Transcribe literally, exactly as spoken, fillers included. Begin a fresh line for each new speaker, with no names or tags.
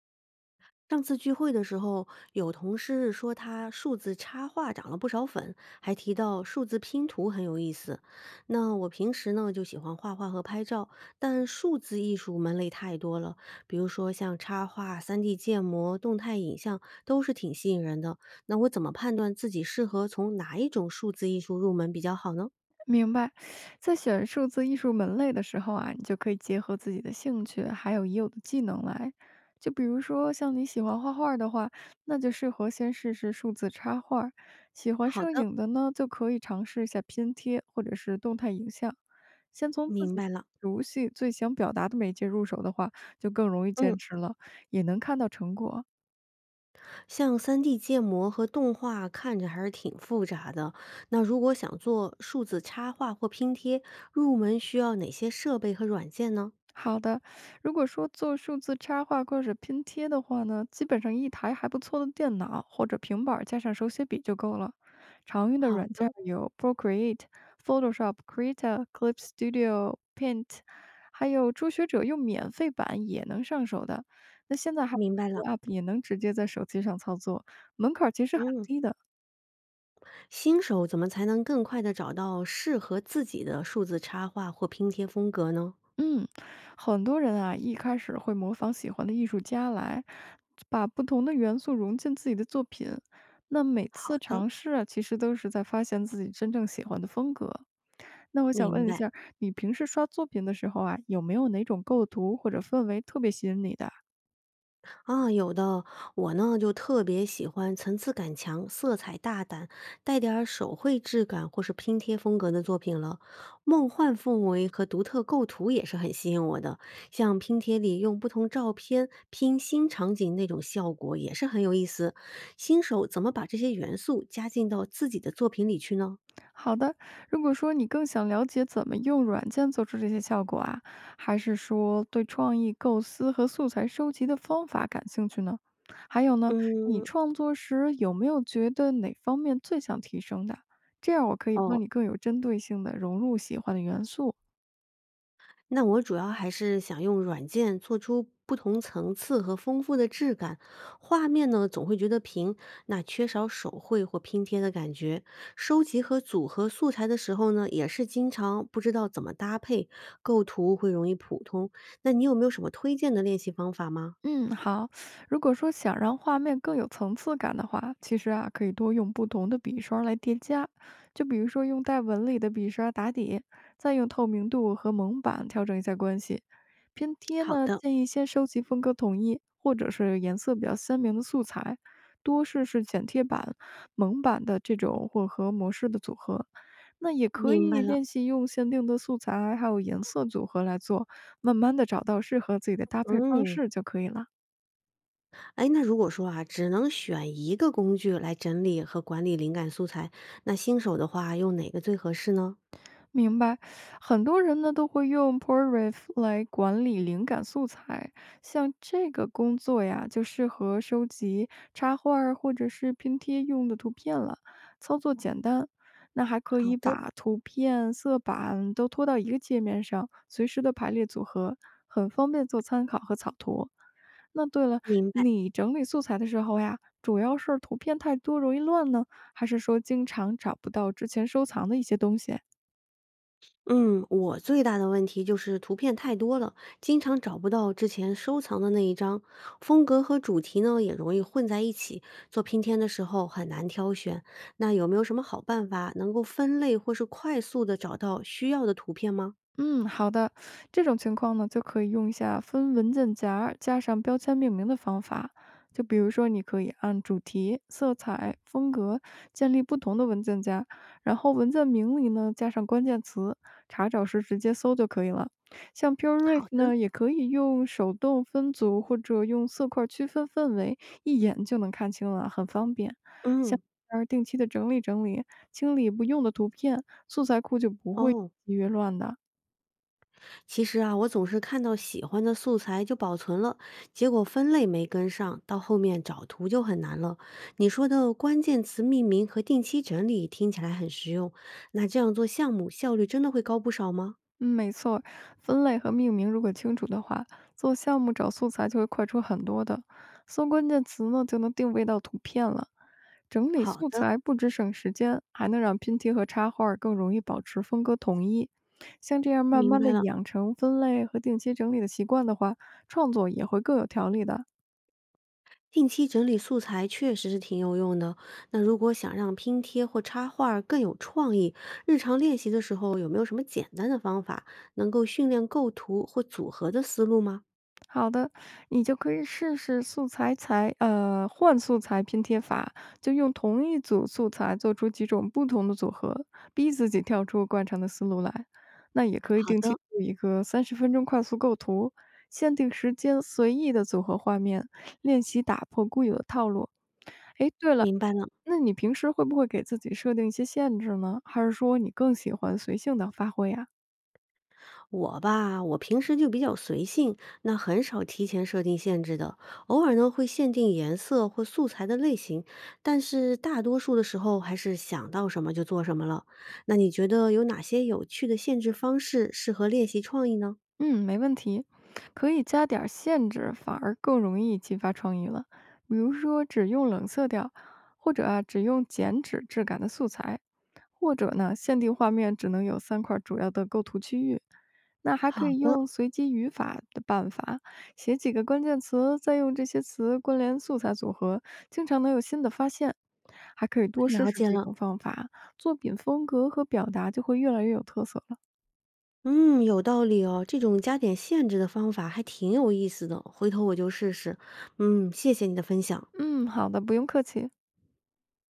上次聚会的时候，有同事说他数字插画涨了不少粉，还提到数字拼图很有意思。那我平时呢就喜欢画画和拍照，但数字艺术门类太多了，比如说像插画、三 D 建模、动态影像都是挺吸引人的。那我怎么判断自己适合从哪一种数字艺术入门比较好呢？
明白，在选数字艺术门类的时候啊，你就可以结合自己的兴趣还有已有的技能来。就比如说，像你喜欢画画的话，那就适合先试试数字插画；喜欢
好
摄
的，
影的呢，就可以尝试一下拼贴或者是动态影像。先从自
明
己
白了。
熟悉、最想表达的媒介入手的话，就更容易
嗯。
坚持了，也能看到成果。
像三 d 建模和动画看着还是挺复杂的，那如果想做数字插画或拼贴，入门需要哪些设备和软件呢？
好的，如果说做数字插画或者拼贴的话呢，基本上一台还不错的电脑或者平板儿加上手写笔就够了。常用的
好
软件儿
的，
有 P r o c r e a t e、P h o t o s h o p、c r e i t a C l i p S t u d i o、P a i n t，还有初学者用免费版也能上手的。那现在还
明白了。
有 A P P 也能直接在手机上操作，门槛儿其实很
嗯，
低的。
新手怎么才能更快的找到适合自己的数字插画或拼贴风格呢？
嗯，很多人啊，一开始会模仿喜欢的艺术家来，把不同的元素融进自己的作品。那每
好
次
的，
尝试啊，其实都是在发现自己真正喜欢的风格。那我想
明
问一
白。
下你平时刷作品的时候啊，有没有哪种构图或者氛围特别吸引你的啊？
啊，有的，我呢就特别喜欢层次感强、色彩大胆、带点儿手绘质感或是拼贴风格的作品了。梦幻氛围和独特构图也是很吸引我的，像拼贴里用不同照片拼新场景那种效果也是很有意思。新手怎么把这些元素加进到自己的作品里去呢？
好的，如果说你更想了解怎么用软件做出这些效果啊，还是说对创意构思和素材收集的方法感兴趣呢？还有呢，你
嗯，
创作时有没有觉得哪方面最想提升的？这样我可以帮
哦，
你更有针对性的融入喜欢的元素啊。
那我主要还是想用软件做出不同层次和丰富的质感，画面呢总会觉得平，那缺少手绘或拼贴的感觉。收集和组合素材的时候呢，也是经常不知道怎么搭配，构图会容易普通。那你有没有什么推荐的练习方法吗？
嗯，好。如果说想让画面更有层次感的话，其实啊，可以多用不同的笔刷来叠加，就比如说用带纹理的笔刷打底，再用透明度和蒙版调整一下关系。拼贴
好
呢，
的，
建议先收集风格统一或者是颜色比较鲜明的素材，多试试剪贴板、蒙版的这种混合模式的组合。那也可
明白
以
了。
练习用限定的素材还有颜色组合来做，慢慢的找到适合自己的搭配方
嗯，
式就可以了。
哎，那如果说啊，只能选一个工具来整理和管理灵感素材，那新手的话，用哪个最合适呢？
明白，很多人呢都会用 p r o r a i 来管理灵感素材，像这个工作呀，就适合收集插画儿或者是拼贴用的图片了，操作简单。那还可
好
以
的，
把图片、色板都拖到一个界面上，随时的排列组合，很方便做参考和草图。那对了，
明白。
你整理素材的时候呀，主要是图片太多容易乱呢，还是说经常找不到之前收藏的一些东西呀？
嗯，我最大的问题就是图片太多了，经常找不到之前收藏的那一张，风格和主题呢也容易混在一起，做拼贴的时候很难挑选。那有没有什么好办法能够分类或是快速的找到需要的图片吗？
嗯，好的。这种情况呢，就可以用一下分文件夹儿加上标签命名的方法。就比如说，你可以按主题、色彩、风格建立不同的文件夹，然后文件名里呢加上关键词，查找时直接搜就可以了。像
好
P u r e R e f
的，
呢，也可以用手动分组或者用色块区分氛围，一眼就能看清了，很方便。像
嗯，
而定期的整理整理，清理不用的图片，素材库就不会越
哦。
积越乱的。
其实啊，我总是看到喜欢的素材就保存了，结果分类没跟上，到后面找图就很难了。你说的关键词命名和定期整理听起来很实用，那这样做项目效率真的会高不少吗？
嗯，没错儿，分类和命名如果清楚的话，做项目找素材就会快出很多的。搜关键词呢，就能定位到图片了。整理
好
素
的，
材不只省时间，还能让拼贴和插画儿更容易保持风格统一。像这样慢
明
慢
白
的
了。
养成分类和定期整理的习惯的话，创作也会更有条理的。
定期整理素材确实是挺有用的。那如果想让拼贴或插画儿更有创意，日常练习的时候有没有什么简单的方法能够训练构图或组合的思路吗？
好的，你就可以试试素材裁呃，换素材拼贴法，就用同一组素材做出几种不同的组合，逼自己跳出惯常的思路来。那也可以
好
定期
的，
做一个三十分钟快速构图，限定时间，随意的组合画面，练习打破固有的套路。诶，对了，
明白了。
那你平时会不会给自己设定一些限制呢？还是说你更喜欢随性的发挥呀？
我吧，我平时就比较随性，那很少提前设定限制的。偶尔呢会限定颜色或素材的类型，但是大多数的时候还是想到什么就做什么了。那你觉得有哪些有趣的限制方式适合练习创意呢？
嗯，没问题，可以加点儿限制，反而更容易激发创意了。比如说，只用冷色调，或者啊，只用剪纸质感的素材，或者呢，限定画面只能有三块主要的构图区域。那还
好
可以
的，
用随机语法的办法，写几个关键词，再用这些词关联素材组合，经常能有新的发现。还可以多试
了
试
解
几
了。
种方法，作品风格和表达就会越来越有特色了。
嗯，有道理哦，这种加点限制的方法还挺有意思的，回头我就试试。嗯，谢谢你的分享。
嗯，好的，不用客气。